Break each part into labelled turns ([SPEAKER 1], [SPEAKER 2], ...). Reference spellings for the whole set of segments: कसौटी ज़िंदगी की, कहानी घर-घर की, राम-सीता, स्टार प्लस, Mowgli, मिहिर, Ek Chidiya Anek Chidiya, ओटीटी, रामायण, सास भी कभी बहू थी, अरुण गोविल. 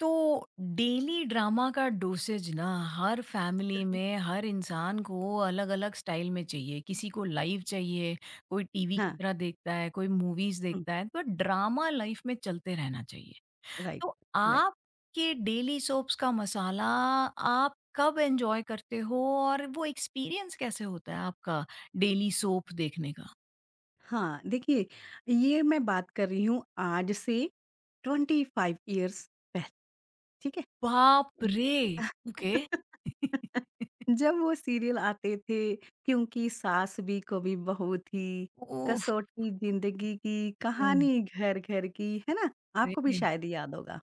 [SPEAKER 1] तो डेली ड्रामा का डोसेज ना, हर फैमिली में हर इंसान को अलग अलग स्टाइल में चाहिए। किसी को लाइव चाहिए, कोई टीवी की
[SPEAKER 2] हाँ,
[SPEAKER 1] तरह देखता है, कोई मूवीज
[SPEAKER 2] हुँ,
[SPEAKER 1] देखता है, तो ड्रामा लाइफ में चलते रहना चाहिए।
[SPEAKER 2] राइट,
[SPEAKER 1] तो
[SPEAKER 2] राइट।
[SPEAKER 1] आपके डेली सोप्स का मसाला आप कब एंजॉय करते हो और वो एक्सपीरियंस कैसे होता है आपका डेली सोप देखने का?
[SPEAKER 2] हाँ, देखिए ये मैं बात कर रही हूँ आज से 25 इयर्स पहले, ठीक है?
[SPEAKER 1] बाप
[SPEAKER 2] हुँ।
[SPEAKER 1] रे। ओके।
[SPEAKER 2] जब वो सीरियल आते थे, क्योंकि सास भी कभी बहू थी,
[SPEAKER 1] ओह,
[SPEAKER 2] कसौटी ज़िंदगी की,
[SPEAKER 1] बाप
[SPEAKER 2] कहानी घर-घर की, है ना? आपको भी
[SPEAKER 1] रे,
[SPEAKER 2] शायद याद होगा।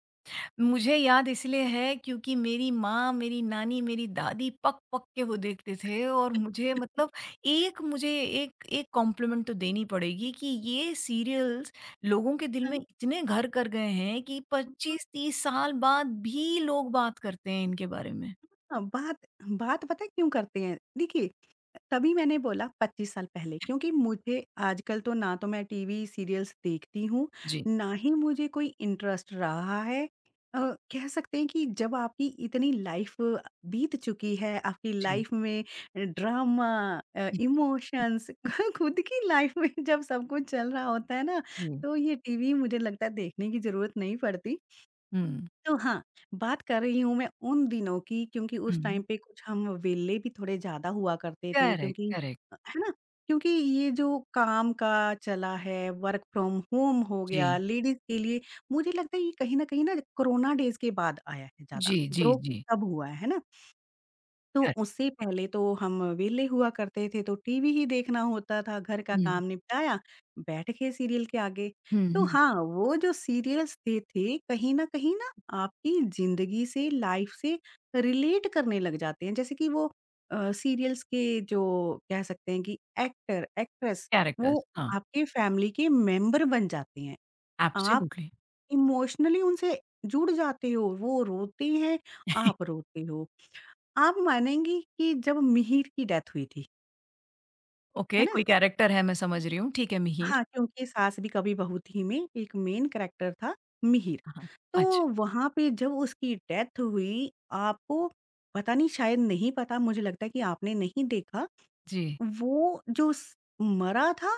[SPEAKER 1] मुझे याद इसलिए है क्योंकि मेरी माँ, मेरी नानी, मेरी दादी पक-पक के वो देखते थे और मुझे मतलब एक मुझे एक एक कॉम्प्लीमेंट तो देनी पड़ेगी कि ये सीरियल्स लोगों के दिल
[SPEAKER 2] हाँ,
[SPEAKER 1] में इतने घर कर गए हैं कि 25-30 साल बाद भी लोग बात करते हैं इनके बारे में।
[SPEAKER 2] हाँ, बात बात पता है क्यों करते हैं? देखिए, तभी मैंने बोला 25 साल पहले क्योंकि मुझे आजकल तो ना तो मैं टीवी सीरियल्स देखती हूँ,
[SPEAKER 1] जी,
[SPEAKER 2] ना ही मुझे कोई इंटरेस्ट रहा है। अ, कह सकते हैं कि जब आपकी इतनी लाइफ बीत चुकी है, आपकी
[SPEAKER 1] जी।
[SPEAKER 2] लाइफ में ड्रामा इमोशंस खुद की लाइफ में जब सब कुछ चल रहा होता है ना,
[SPEAKER 1] जी।
[SPEAKER 2] तो ये टीवी मुझे लगता है देखने की ज़रूरत नहीं पड़ती।
[SPEAKER 1] हुँ,
[SPEAKER 2] तो हाँ, बात कर रही हूँ मैं उन दिनों की क्योंकि उस टाइम
[SPEAKER 1] हुँ।
[SPEAKER 2] पे कुछ हम वेले भी थोड़े ज़्यादा हुआ करते थे
[SPEAKER 1] करेक्ट,
[SPEAKER 2] क्योंकि
[SPEAKER 1] करेक्ट।
[SPEAKER 2] है ना? क्योंकि ये जो काम का चला है, वर्क फ्रॉम होम हो गया,
[SPEAKER 1] जी।
[SPEAKER 2] लेडीज़ के लिए मुझे लगता है ये कहीं न कहीं ना कोरोना डेज़ के बाद आया है ज़्यादा,
[SPEAKER 1] जी, जी,
[SPEAKER 2] ग्रो
[SPEAKER 1] जी।
[SPEAKER 2] तब हुआ है ना? तो
[SPEAKER 1] करेक्ट।
[SPEAKER 2] उससे पहले तो हम वेले हुआ करते थे, तो टीवी ही देखना होता था, घर का
[SPEAKER 1] हुँ,
[SPEAKER 2] काम निपटाया, बैठ गए सीरियल के आगे।
[SPEAKER 1] हुँ,
[SPEAKER 2] तो
[SPEAKER 1] हुँ।
[SPEAKER 2] हाँ, वो जो सीरियल्स थे, कहीं न कहीं ना आपकी ज़िंदगी से, लाइफ़ से रिलेट करने लग जाते हैं। जैसे कि वो सीरियल्स के जो कह सकते हैं कि एक्टर, एक्ट्रेस, वो
[SPEAKER 1] कैरेक्टर्स, हाँ।
[SPEAKER 2] आपके फैमिली के मेंबर बन जाते हैं। आप
[SPEAKER 1] एब्सोल्युटली।
[SPEAKER 2] इमोशनली उनसे जुड़ जाते हो, वो रोते हैं, आप रोते हो। आप मानेंगी कि जब मिहिर की डेथ हुई थी, है
[SPEAKER 1] ओके,
[SPEAKER 2] ना?
[SPEAKER 1] कोई कैरेक्टर है मैं समझ रही हूँ, ठीक है मिहिर।
[SPEAKER 2] हाँ, क्योंकि सास भी कभी बहू थी में एक मेन कैरेक्टर था मिहिर।
[SPEAKER 1] हाँ,
[SPEAKER 2] तो
[SPEAKER 1] अच्छा,
[SPEAKER 2] वहाँ पे जब उसकी डेथ हुई, आपको पता नहीं शायद नहीं पता मुझे लगता है कि आपने नहीं देखा।
[SPEAKER 1] जी,
[SPEAKER 2] वो जो स मरा था,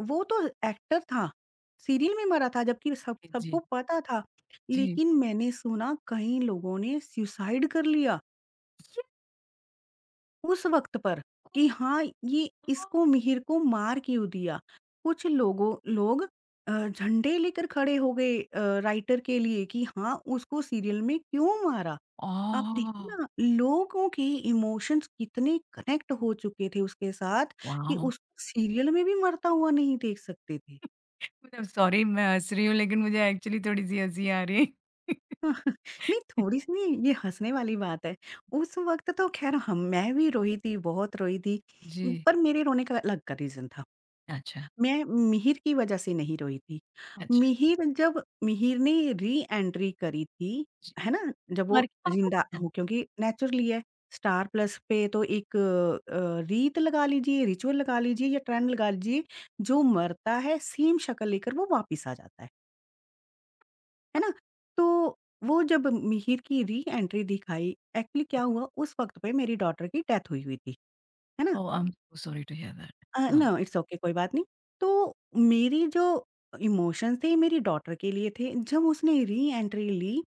[SPEAKER 2] वो तो एक्टर था, सीरियल में मरा था जबकि सब सबको
[SPEAKER 1] जी,
[SPEAKER 2] पता था।
[SPEAKER 1] जी।
[SPEAKER 2] लेकिन मैंने सुना कई लोगों ने सुसाइड कर लिया। उस वक़्त पर कि हाँ, ये इसको मिहिर को मार क्यों दिया? कुछ लोग झंडे लेकर खड़े हो गए राइटर के लिए कि हाँ, उसको सीरियल में क्यों मारा? आप
[SPEAKER 1] ओह!
[SPEAKER 2] देखो ना, लोगों के इमोशंस कितने कनेक्ट हो चुके थे उसके साथ कि
[SPEAKER 1] वॉव!
[SPEAKER 2] उसको सीरियल में भी मरता हुआ नहीं देख सकते थे।
[SPEAKER 1] मतलब सॉरी मैं हँस रही हूँ लेकिन मुझे एक्चुअली थोड़ी-सी हँसी आ रही है।
[SPEAKER 2] नहीं, थोड़ी-सी ये हँसने वाली बात है। उस वक़्त तो ख़ैर हम मैं भी रोई थी, बहुत रोई थी,
[SPEAKER 1] जी,
[SPEAKER 2] पर मेरे रोने का अलग का रीज़न था।
[SPEAKER 1] अच्छा,
[SPEAKER 2] मैं मिहिर की वज़ह से नहीं रोई थी।
[SPEAKER 1] अच्छा,
[SPEAKER 2] मिहिर जब मिहिर ने री-एंट्री करी थी,
[SPEAKER 1] जी।
[SPEAKER 2] है ना? जब वो
[SPEAKER 1] तुम्हारे पापा
[SPEAKER 2] ज़िंदा
[SPEAKER 1] क्या?
[SPEAKER 2] हो क्योंकि नेचुरली है, स्टार प्लस पे तो एक रीत लगा लीजिए, रिचुअल लगा लीजिए या ट्रेंड लगा लीजिए, जो मरता है सेम शक्ल लेकर वो वापिस आ जाता है ना? तो वो जब मिहिर की री-एंट्री दिखाई, एक्चुअली क्या हुआ उस वक़्त पे मेरी डॉटर की डेथ हुई हुई थी, है ना?
[SPEAKER 1] Oh, I am so sorry to hear that. हाँ,
[SPEAKER 2] नो इट्स ओके कोई बात नहीं। तो मेरी जो इमोशंस थे मेरी डॉटर के लिए थे। जब उसने री-एंट्री ली,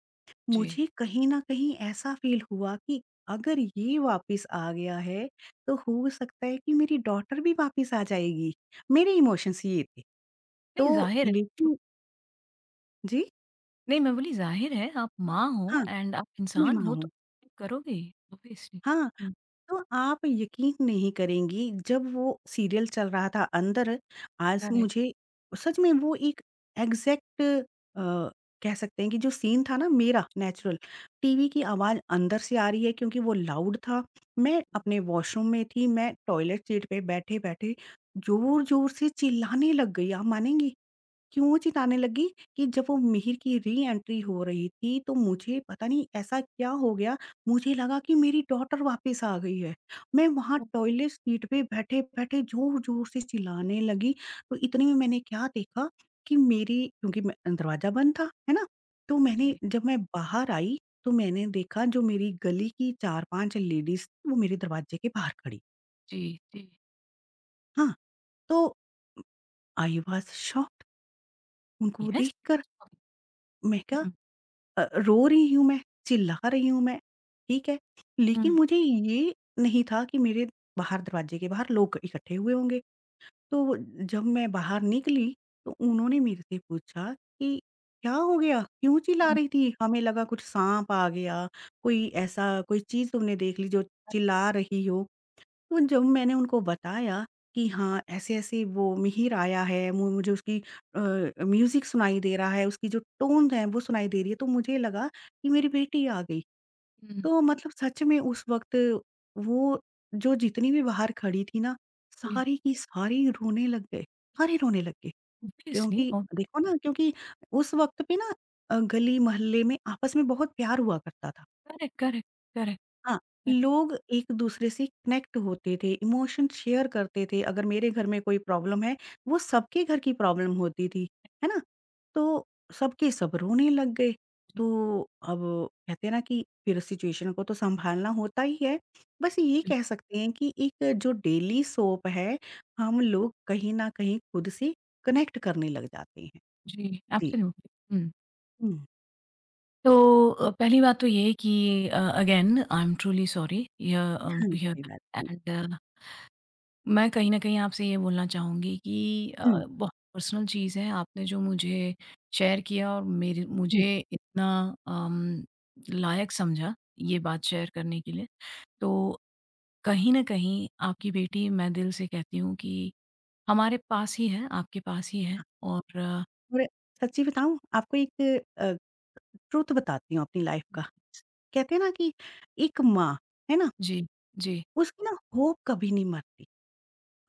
[SPEAKER 1] जी।
[SPEAKER 2] मुझे कहीं न कहीं ऐसा फ़ील हुआ कि अगर ये वापस आ गया है, तो हो सकता है कि मेरी डॉटर भी वापस आ जाएगी। मेरे इमोशंस ये थे। तो
[SPEAKER 1] नहीं ज़ाहिर है।
[SPEAKER 2] लेकिन जी,
[SPEAKER 1] नहीं मैं बोली ज़ाहिर है आप माँ हो
[SPEAKER 2] हाँ,
[SPEAKER 1] एंड आप
[SPEAKER 2] मैं
[SPEAKER 1] इंसान
[SPEAKER 2] माँ
[SPEAKER 1] हो, तो
[SPEAKER 2] हूँ।
[SPEAKER 1] करोगे ही, ऑब्वियसली।
[SPEAKER 2] हाँ।
[SPEAKER 1] हुँ,
[SPEAKER 2] तो आप यकीन नहीं करेंगी, जब वो सीरियल चल रहा था अंदर, आज
[SPEAKER 1] करेक्ट।
[SPEAKER 2] मुझे सच में वो एक एग्ज़ैक्ट अ, कह सकते हैं कि जो सीन था ना मेरा नेचुरल, टीवी की आवाज़ अंदर से आ रही है क्योंकि वो लाउड था। मैं अपने वॉशरूम में थी, मैं टॉयलेट सीट पे बैठे-बैठे ज़ोर-ज़ोर से चिल्लाने लग गई, आप मानेंगी? क्यों चिल्लाने लगी कि जब वो मिहिर की री-एंट्री हो रही थी, तो मुझे पता नहीं ऐसा क्या हो गया, मुझे लगा कि मेरी डॉटर वापस आ गई है। मैं वहाँ टॉयलेट सीट पे बैठे-बैठे ज़ोर-ज़ोर से चिल्लाने लगी, तो इतने में मैंने क्या देखा कि मेरी क्योंकि मैं दरवाज़ा बंद था, है ना? तो मैंने
[SPEAKER 1] जी,
[SPEAKER 2] जब मैं बाहर आई, तो मैंने देखा जो मेरी गली की 4-5 लेडीज़ वो मेरे दरवाज़े के बाहर खड़ी,
[SPEAKER 1] जी, जी।
[SPEAKER 2] हाँ। तो आई वाज़ शॉक्ड उनको
[SPEAKER 1] यस।
[SPEAKER 2] देखकर। मैं क्या
[SPEAKER 1] हुँ,
[SPEAKER 2] रो रही हूँ मैं, चिल्ला रही हूँ मैं, ठीक है? लेकिन
[SPEAKER 1] हुँ,
[SPEAKER 2] मुझे ये नहीं था कि मेरे बाहर दरवाजे के बाहर लोग इकट्ठे हुए होंगे। तो जब मैं बाहर निकली तो उन्होंने मेरे से पूछा कि, "क्या हो गया? क्यों चिल्ला
[SPEAKER 1] हुँ,
[SPEAKER 2] रही थी? हमें लगा कुछ साँप आ गया, कोई ऐसा कोई चीज़ तुमने देख ली जो चिल्ला रही हो।" वो जब मैंने उनको बताया कि हाँ, ऐसे-ऐसे वो मिहिर आया है, मु मुझे उसकी अ, म्यूज़िक सुनाई दे रहा है, उसकी जो टोन है वो सुनाई दे रही है, तो मुझे लगा कि मेरी बेटी आ गई।
[SPEAKER 1] हुँ,
[SPEAKER 2] तो मतलब सच में उस वक़्त वो जो जितनी भी बाहर खड़ी थी ना,
[SPEAKER 1] जी,
[SPEAKER 2] सारी की सारी रोने लग गए, सारे रोने लग गए।
[SPEAKER 1] ऑब्वियसली,
[SPEAKER 2] क्योंकि देखो
[SPEAKER 1] ऑब्वियसली,
[SPEAKER 2] ना क्योंकि उस वक़्त पे ना गली-मोहल्ले में आपस में बहुत प्यार हुआ करता था।
[SPEAKER 1] करेक्ट, करेक्ट, करेक्ट,
[SPEAKER 2] हाँ,
[SPEAKER 1] करेक्ट,
[SPEAKER 2] लोग एक-दूसरे से कनेक्ट होते थे, इमोशन शेयर करते थे, अगर मेरे घर में कोई प्रॉब्लम है, वो सबके घर की प्रॉब्लम होती थी, है ना? तो सबके सब रोने लग गए,
[SPEAKER 1] जी,
[SPEAKER 2] तो अब कहते हैं ना कि फिर सिचुएशन को तो सँभालना होता ही है। बस ये
[SPEAKER 1] बिल
[SPEAKER 2] कह सकते हैं कि एक जो डेली सोप है, हम लोग कहीं न कहीं खुद से कनेक्ट करने लग जाते हैं।
[SPEAKER 1] जी,
[SPEAKER 2] जी।
[SPEAKER 1] एब्सोल्यूटली, हुँ।
[SPEAKER 2] हुँ,
[SPEAKER 1] तो पहली बात तो ये है कि again I am truly sorry hear
[SPEAKER 2] हाँ,
[SPEAKER 1] टू हियर
[SPEAKER 2] कोई
[SPEAKER 1] दैट
[SPEAKER 2] बात नहीं।
[SPEAKER 1] एंड मैं कहीं न कहीं आपसे ये बोलना चाहूँगी कि
[SPEAKER 2] हुँ,
[SPEAKER 1] बहुत पर्सनल चीज़ है, आपने जो मुझे शेयर किया और मेरे
[SPEAKER 2] हुँ,
[SPEAKER 1] मुझे इतना अम, लायक समझा ये बात शेयर करने के लिए, तो कहीं न कहीं आपकी बेटी मैं दिल से कहती हूँ कि हमारे पास ही है, आपके पास ही है
[SPEAKER 2] हाँ,
[SPEAKER 1] और अ,
[SPEAKER 2] और सच्ची बताऊँ आपको एक ट्रुथ बताती हूँ अपनी लाइफ का। कहते हैं ना कि एक माँ, है ना?
[SPEAKER 1] जी, जी,
[SPEAKER 2] उसकी ना होप कभी नहीं मरती।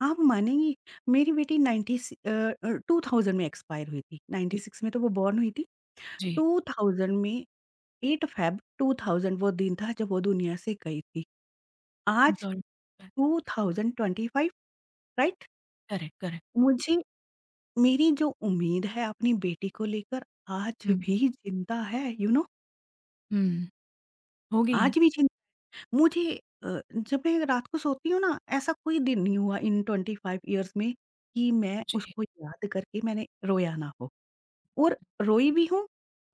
[SPEAKER 2] आप मानेंगी मेरी बेटी 90 स अ अ, 2000 में एक्सपायर हुई थी।
[SPEAKER 1] जी,
[SPEAKER 2] 96 में तो वो बॉर्न हुई थी।
[SPEAKER 1] जी।
[SPEAKER 2] 2000 में 8 फ़ेब 2000 वो दिन था जब वो दुनिया से गई थी।
[SPEAKER 1] आई एम
[SPEAKER 2] आज
[SPEAKER 1] सॉरी।
[SPEAKER 2] 2025 राइट?
[SPEAKER 1] Correct, correct.
[SPEAKER 2] मुझे मेरी जो उम्मीद है अपनी बेटी को लेकर आज
[SPEAKER 1] हुँ,
[SPEAKER 2] भी ज़िंदा है, यू you नो know,
[SPEAKER 1] हुँ, होगी ही।
[SPEAKER 2] आज भी जिं मुझे जब मैं रात को सोती हूँ ना, ऐसा कोई दिन नहीं हुआ इन 25 इयर्स में कि मैं
[SPEAKER 1] जी,
[SPEAKER 2] उसको याद करके मैंने रोया ना हो। और रोई भी हूँ,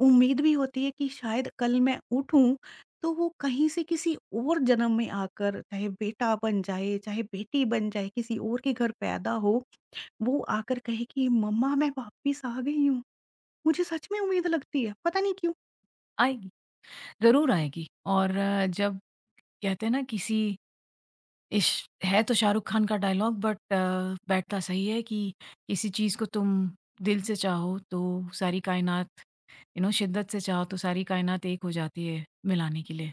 [SPEAKER 2] उम्मीद भी होती है कि शायद कल मैं उठूँ, तो वो कहीं से किसी और जन्म में आकर, चाहे बेटा बन जाए, चाहे बेटी बन जाए, किसी और के घर पैदा हो, वो आकर कहे कि मम्मा मैं वापस आ गई हूँ। मुझे सच में उम्मीद लगती है, पता नहीं क्यों?
[SPEAKER 1] आएगी, ज़रूर आएगी और जब कहते हैं ना किसी इश्क है तो शाहरुख खान का डायलॉग, बट बैठता सही है कि किसी चीज़ को तुम दिल से चाहो तो सारी कायनात शिद्दत से चाहो तो सारी कायनात एक हो जाती है मिलाने के लिए,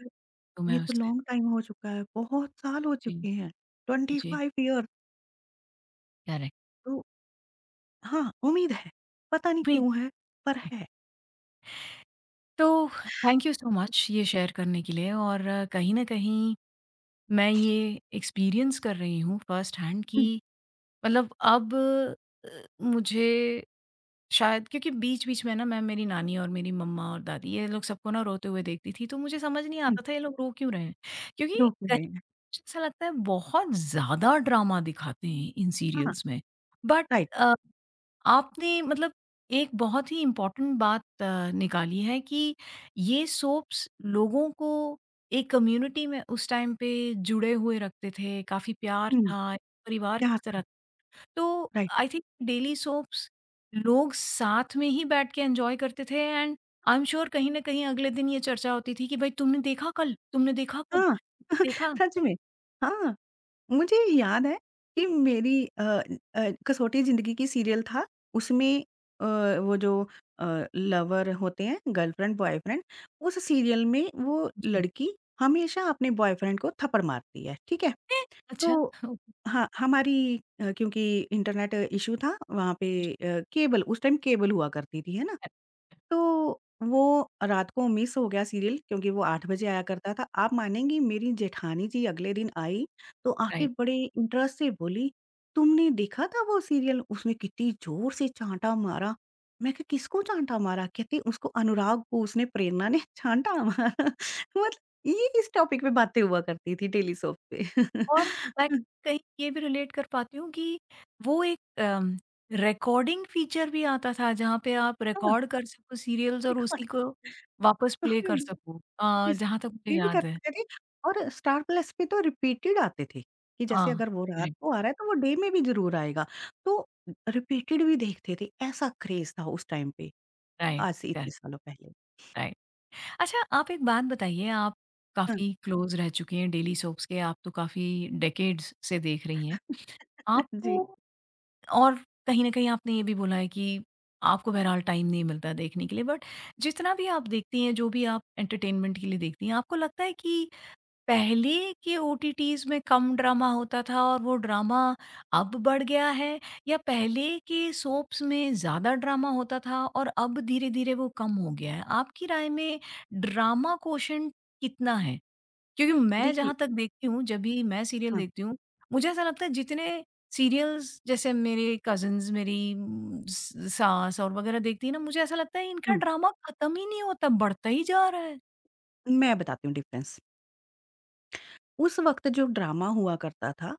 [SPEAKER 2] ये
[SPEAKER 1] तुम्हें
[SPEAKER 2] तो
[SPEAKER 1] उससे।
[SPEAKER 2] लॉन्ग टाइम हो चुका है, बहुत साल हो
[SPEAKER 1] जी,
[SPEAKER 2] चुके हैं,
[SPEAKER 1] जी,
[SPEAKER 2] 25 ईयर। तो हाँ, उम्मीद है, पता नहीं
[SPEAKER 1] करेक्ट।
[SPEAKER 2] क्यों है, पर है।
[SPEAKER 1] तो थैंक यू सो मच ये शेयर करने के लिए और कहीं न कहीं मैं ये एक्सपीरियंस कर रही हूँ फ़र्स्ट हैंड
[SPEAKER 2] हुँ,
[SPEAKER 1] कि मतलब अब मुझे शायद क्योंकि बीच-बीच में ना मैं मेरी नानी और मेरी मम्मा और दादी ये लोग सबको ना रोते हुए देखती थी, तो मुझे समझ नहीं
[SPEAKER 2] हुँ,
[SPEAKER 1] आता था ये लोग रो क्यों रहे हैं? क्योंकि
[SPEAKER 2] रोके
[SPEAKER 1] कहीं
[SPEAKER 2] हुए हैं।
[SPEAKER 1] मुझे ऐसा लगता है बहुत ज़्यादा ड्रामा दिखाते हैं इन
[SPEAKER 2] हाँ,
[SPEAKER 1] सीरियल्स में, बट
[SPEAKER 2] राइट।
[SPEAKER 1] अ, आपने एक बहुत ही इम्पोर्टेंट बात निकाली है कि ये सोप्स लोगों को एक कम्युनिटी में उस टाइम पे जुड़े हुए रखते थे, काफ़ी प्यार
[SPEAKER 2] हुँ,
[SPEAKER 1] था, परिवार
[SPEAKER 2] प्यार
[SPEAKER 1] की
[SPEAKER 2] था,
[SPEAKER 1] तरह। तो
[SPEAKER 2] right.
[SPEAKER 1] I think daily soaps लोग साथ में ही बैठ के एन्जॉय करते थे एंड आई एम श्योर कहीं न कहीं अगले दिन ये चर्चा होती थी कि भाई तुमने देखा कल? तुमने देखा कल?
[SPEAKER 2] हाँ,
[SPEAKER 1] देखा?
[SPEAKER 2] सच में। हाँ, मुझे याद है कि मेरी कसौटी ज़िंदगी की सीरियल था, उसमें अ, वो जो लवर होते हैं, गर्लफ्रेंड, बॉयफ्रेंड, उस सीरियल में वो
[SPEAKER 1] जी।
[SPEAKER 2] लड़की हमेशा अपने बॉयफ्रेंड को थप्पड़ मारती है, ठीक है?
[SPEAKER 1] हैं? अच्छा।
[SPEAKER 2] तो
[SPEAKER 1] ओह!
[SPEAKER 2] हाँ, हमारी क्योंकि इंटरनेट इश्यू था वहाँ पे
[SPEAKER 1] जी,
[SPEAKER 2] केबल उस टाइम केबल हुआ करती थी, है ना? तो वो रात को मिस हो गया सीरियल क्योंकि वो 8 बजे आया करता था। आप मानेंगी मेरी जेठानी जी अगले दिन आई, तो आके
[SPEAKER 1] राइट।
[SPEAKER 2] बड़े इंटरेस्ट से बोली, "तुमने देखा था वो सीरियल? उसने कितनी ज़ोर से चाँटा मारा।" मैं कहा, "किसको चाँटा मारा?" कहती, "उसको अनुराग को उसने प्रेरणा ने चाँटा मारा।" मतलब ये इस टॉपिक पे बातें हुआ करती थी डेली सोप पे।
[SPEAKER 1] और मैं कहीं ये भी रिलेट कर पाती हूँ कि वो एक रिकॉर्डिंग फीचर भी आता था जहाँ पे आप
[SPEAKER 2] हाँ,
[SPEAKER 1] रिकॉर्ड कर सको सीरियल्स और
[SPEAKER 2] रिकॉर्ड
[SPEAKER 1] उसी को वापस प्ले कर सको,
[SPEAKER 2] इस
[SPEAKER 1] जहाँ तक मुझे
[SPEAKER 2] ये भी कर
[SPEAKER 1] याद है।
[SPEAKER 2] सकते थे और स्टार प्लस पे तो रिपीटेड आते थे, कि जैसे
[SPEAKER 1] हाँ,
[SPEAKER 2] अगर वो रात
[SPEAKER 1] राइट,
[SPEAKER 2] को आ रहा है तो वो डे में भी ज़रूर आएगा, तो रिपीटेड भी देखते थे, ऐसा क्रेज़ था उस टाइम पे,
[SPEAKER 1] राइट,
[SPEAKER 2] आज से इतने
[SPEAKER 1] करेक्ट,
[SPEAKER 2] सालों पहले।
[SPEAKER 1] राइट। अच्छा आप एक बात बताइए, आप
[SPEAKER 2] हाँ,
[SPEAKER 1] काफ़ी क्लोज़ रह चुके हैं डेली सोप्स के, आप तो काफ़ी डेकेड्स से देख रही हैं।
[SPEAKER 2] जी,
[SPEAKER 1] आपको और कहीं न कहीं आपने ये भी बोला है कि आपको बहरहाल टाइम नहीं मिलता देखने के लिए, बट जितना भी आप देखती हैं, जो भी आप एंटरटेनमेंट के लिए देखती हैं, आपको लगता है कि पहले के ओटीटीज़ में कम ड्रामा होता था और वो ड्रामा अब बढ़ गया है? या पहले के सोप्स में ज़्यादा ड्रामा होता था और अब धीरे-धीरे वो कम हो गया है? आपकी राय में ड्रामा कोशंट कितना है? क्योंकि मैं
[SPEAKER 2] देखिए
[SPEAKER 1] जहाँ तक देखती हूँ, जब भी मैं सीरियल
[SPEAKER 2] हाँ,
[SPEAKER 1] देखती हूँ, मुझे ऐसा लगता है जितने सीरियल्स जैसे मेरे कज़िन्स, मेरी स सास और वग़ैरह देखती है ना, मुझे ऐसा लगता है इनका
[SPEAKER 2] हुँ,
[SPEAKER 1] ड्रामा खत्म ही नहीं होता, बढ़ता ही जा रहा है।
[SPEAKER 2] मैं बताती हूँ डिफ़रेंस। उस वक़्त जो ड्रामा हुआ करता था,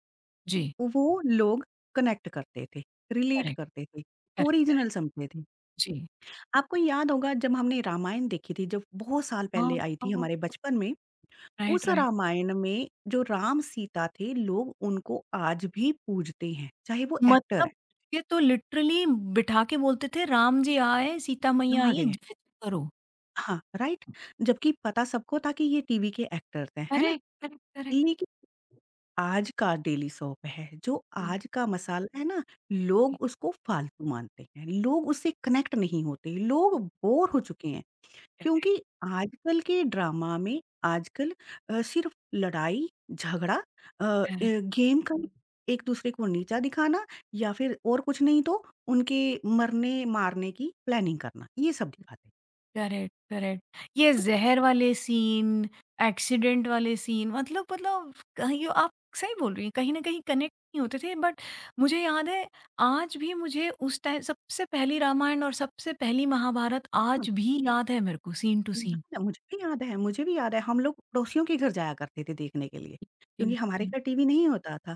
[SPEAKER 1] जी।
[SPEAKER 2] वो लोग कनेक्ट करते थे, रिलेट
[SPEAKER 1] करेक्ट,
[SPEAKER 2] करते थे,
[SPEAKER 1] करेक्ट,
[SPEAKER 2] ओरिजिनल
[SPEAKER 1] करेक्ट।
[SPEAKER 2] समझते थे।
[SPEAKER 1] जी।
[SPEAKER 2] आपको याद होगा जब हमने रामायण देखी थी, जब बहुत साल पहले
[SPEAKER 1] हाँ,
[SPEAKER 2] आई थी
[SPEAKER 1] हाँ।
[SPEAKER 2] हमारे बचपन में,
[SPEAKER 1] राइट,
[SPEAKER 2] उस
[SPEAKER 1] राइट।
[SPEAKER 2] रामायण में जो राम-सीता थे, लोग उनको आज भी पूजते हैं, चाहे वो एक्टर हैं,
[SPEAKER 1] मतलब ये तो लिटरली बिठा के बोलते थे, "राम जी आए, सीता मैया
[SPEAKER 2] वहाँ
[SPEAKER 1] आई
[SPEAKER 2] गए
[SPEAKER 1] हैं,
[SPEAKER 2] हैं।
[SPEAKER 1] जय जय करो।"
[SPEAKER 2] हाँ, राइट? जबकि पता सबको था कि ये टीवी के एक्टर्स हैं, है ना?
[SPEAKER 1] Correct, correct, correct.
[SPEAKER 2] लेकिन आज का डेली सोप है, जो
[SPEAKER 1] जी,
[SPEAKER 2] आज का मसाला है ना,
[SPEAKER 1] जी।
[SPEAKER 2] लोग उसको फालतू मानते हैं, लोग उससे कनेक्ट नहीं होते, लोग बोर हो चुके हैं।
[SPEAKER 1] करेक्ट,
[SPEAKER 2] क्योंकि आजकल के ड्रामा में आजकल सिर्फ लड़ाई, झगड़ा
[SPEAKER 1] करेक्ट।
[SPEAKER 2] गेम का हुँ। एक दूसरे को नीचा दिखाना या फिर और कुछ नहीं तो उनके मरने-मारने की प्लानिंग करना, ये सब दिखाते हैं।
[SPEAKER 1] Correct, correct. ये
[SPEAKER 2] तो
[SPEAKER 1] ज़हर वाले सीन, एक्सीडेंट वाले सीन, मतलब कहीं ये आप सही बोल रही हैं, कहीं न कहीं कनेक्ट नहीं होते थे, बट मुझे याद है आज भी मुझे उस टाइम सबसे पहली रामायण और सबसे पहली महाभारत
[SPEAKER 2] हाँ,
[SPEAKER 1] आज भी याद है मेरे को सीन टू सीन।
[SPEAKER 2] याद है मुझे भी याद है हम लोग पड़ोसियों के घर जाया करते थे देखने के लिए,
[SPEAKER 1] जी,
[SPEAKER 2] क्योंकि हमारे
[SPEAKER 1] जी,
[SPEAKER 2] घर टीवी नहीं होता था।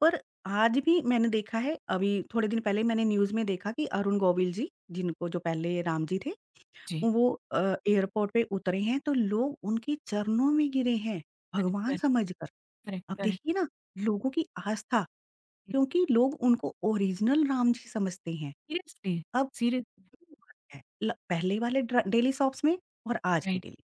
[SPEAKER 2] पर आज भी मैंने देखा है, अभी थोड़े दिन पहले मैंने न्यूज़ में देखा कि अरुण गोविल जी, जिनको जो पहले राम जी थे
[SPEAKER 1] जी।
[SPEAKER 2] वो एयरपोर्ट पे उतरे हैं तो लोग उनके चरणों में गिरे हैं,
[SPEAKER 1] करेक्ट,
[SPEAKER 2] भगवान
[SPEAKER 1] करेक्ट,
[SPEAKER 2] समझकर।
[SPEAKER 1] करेक्ट,
[SPEAKER 2] अब
[SPEAKER 1] करेक्ट।
[SPEAKER 2] देखिए ना लोगों की आस्था
[SPEAKER 1] हुँ।
[SPEAKER 2] क्योंकि लोग उनको ओरिजिनल राम जी समझते हैं।
[SPEAKER 1] सीरियसली,
[SPEAKER 2] अब
[SPEAKER 1] सीरियसली
[SPEAKER 2] ये बात है ल पहले वाले ड्र डेली सोप्स में और आज की
[SPEAKER 1] राइट,
[SPEAKER 2] डेली।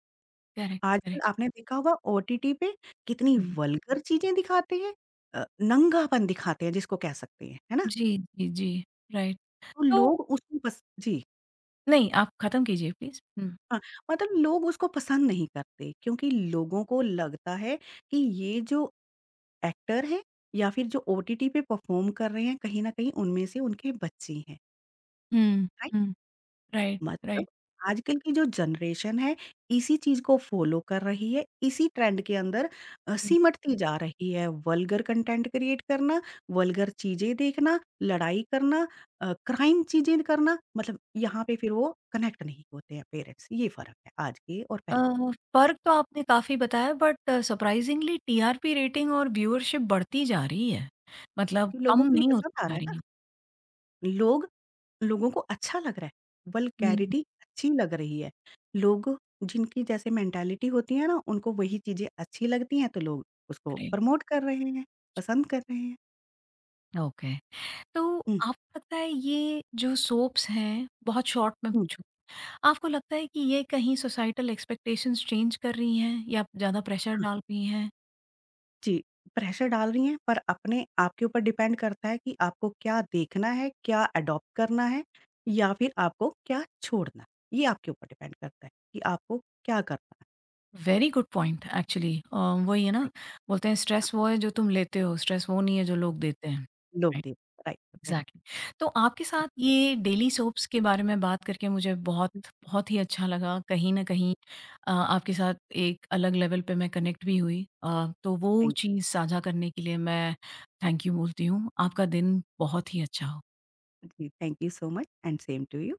[SPEAKER 1] करेक्ट,
[SPEAKER 2] आजकल
[SPEAKER 1] करेक्ट।
[SPEAKER 2] आपने देखा होगा ओटीटी पे कितनी
[SPEAKER 1] हुँ।
[SPEAKER 2] वल्गर चीज़ें दिखाते हैं, नंगापन दिखाते हैं जिसको कह सकते हैं, है ना?
[SPEAKER 1] जी, जी, जी, राइट।
[SPEAKER 2] तो
[SPEAKER 1] तो
[SPEAKER 2] लोग उसको बस जी।
[SPEAKER 1] नहीं आप ख़त्म कीजिए प्लीज़। हुँ,
[SPEAKER 2] हाँ, मतलब लोग उसको पसंद नहीं करते क्योंकि लोगों को लगता है कि ये जो एक्टर हैं या फिर जो ओटीटी पे परफॉर्म कर रहे हैं कहीं न कहीं उनमें से उनके बच्चे हैं।
[SPEAKER 1] हुँ,
[SPEAKER 2] राइट।
[SPEAKER 1] हुँ। राइट,
[SPEAKER 2] मतलब
[SPEAKER 1] राइट।
[SPEAKER 2] आजकल की जो जनरेशन है इसी चीज़ को फ़ॉलो कर रही है, इसी ट्रेंड के अंदर सिमटती जा रही है। वल्गर कंटेंट क्रिएट करना, वल्गर चीज़ें देखना, लड़ाई करना क्राइम चीज़ें करना मतलब यहाँ पे फिर वो कनेक्ट नहीं होते हैं पेरेंट्स। ये फ़र्क है आज के और
[SPEAKER 1] अ,
[SPEAKER 2] पहले।
[SPEAKER 1] फ़र्क तो आपने काफ़ी बताया, बट सरप्राइज़िंगली टीआरपी रेटिंग और व्यूअरशिप बढ़ती जा रही है। मतलब
[SPEAKER 2] कि लोगों
[SPEAKER 1] कम
[SPEAKER 2] को ये
[SPEAKER 1] नहीं
[SPEAKER 2] पसंद आ
[SPEAKER 1] होती
[SPEAKER 2] रहा
[SPEAKER 1] जा
[SPEAKER 2] है
[SPEAKER 1] रही
[SPEAKER 2] ना,
[SPEAKER 1] है।
[SPEAKER 2] लोग लोगों को अच्छा लग रहा है,
[SPEAKER 1] हुँ,
[SPEAKER 2] वल्गैरिटी अच्छी लग रही है। लोग जिनकी जैसे मेंटालिटी होती है ना, उनको वही चीज़ें अच्छी लगती हैं, तो लोग उसको
[SPEAKER 1] अरे!
[SPEAKER 2] प्रमोट कर रहे हैं, पसंद कर रहे हैं।
[SPEAKER 1] ओके। तो
[SPEAKER 2] हुँ,
[SPEAKER 1] आपको लगता है ये जो सोप्स हैं, बहुत शॉर्ट में
[SPEAKER 2] हुँ,
[SPEAKER 1] पूछूँ, आपको लगता है कि ये कहीं सोसाइटल एक्सपेक्टेशंस चेंज कर रही हैं या ज़्यादा प्रेशर
[SPEAKER 2] हाँ,
[SPEAKER 1] डाल रही हैं?
[SPEAKER 2] जी, प्रेशर डाल रही हैं, पर अपने आप के ऊपर डिपेंड करता है कि आपको क्या देखना है, क्या अडॉप्ट करना है या फिर आपको क्या छोड़ना है। ये आपके ऊपर डिपेंड करता है कि आपको क्या करना है,
[SPEAKER 1] वेरी गुड पॉइंट एक्चुअली, वही है ना,
[SPEAKER 2] राइट।
[SPEAKER 1] बोलते हैं
[SPEAKER 2] हाँ,
[SPEAKER 1] स्ट्रेस वो है जो तुम लेते हो, स्ट्रेस वो नहीं है जो लोग देते हैं।
[SPEAKER 2] लोग देव राइट, वेरी
[SPEAKER 1] एग्जैक्टली exactly. तो आपके साथ ये डेली सोप्स के बारे में बात करके मुझे बहुत बहुत ही अच्छा लगा, कहीं ना कहीं आपके साथ एक अलग लेवल पे मैं कनेक्ट भी हुई, तो वो
[SPEAKER 2] थैंक
[SPEAKER 1] चीज़ साझा करने के लिए मैं थैंक यू बोलती हूँ। आपका दिन बहुत ही अच्छा हो।
[SPEAKER 2] জি, thank you so much and same to you.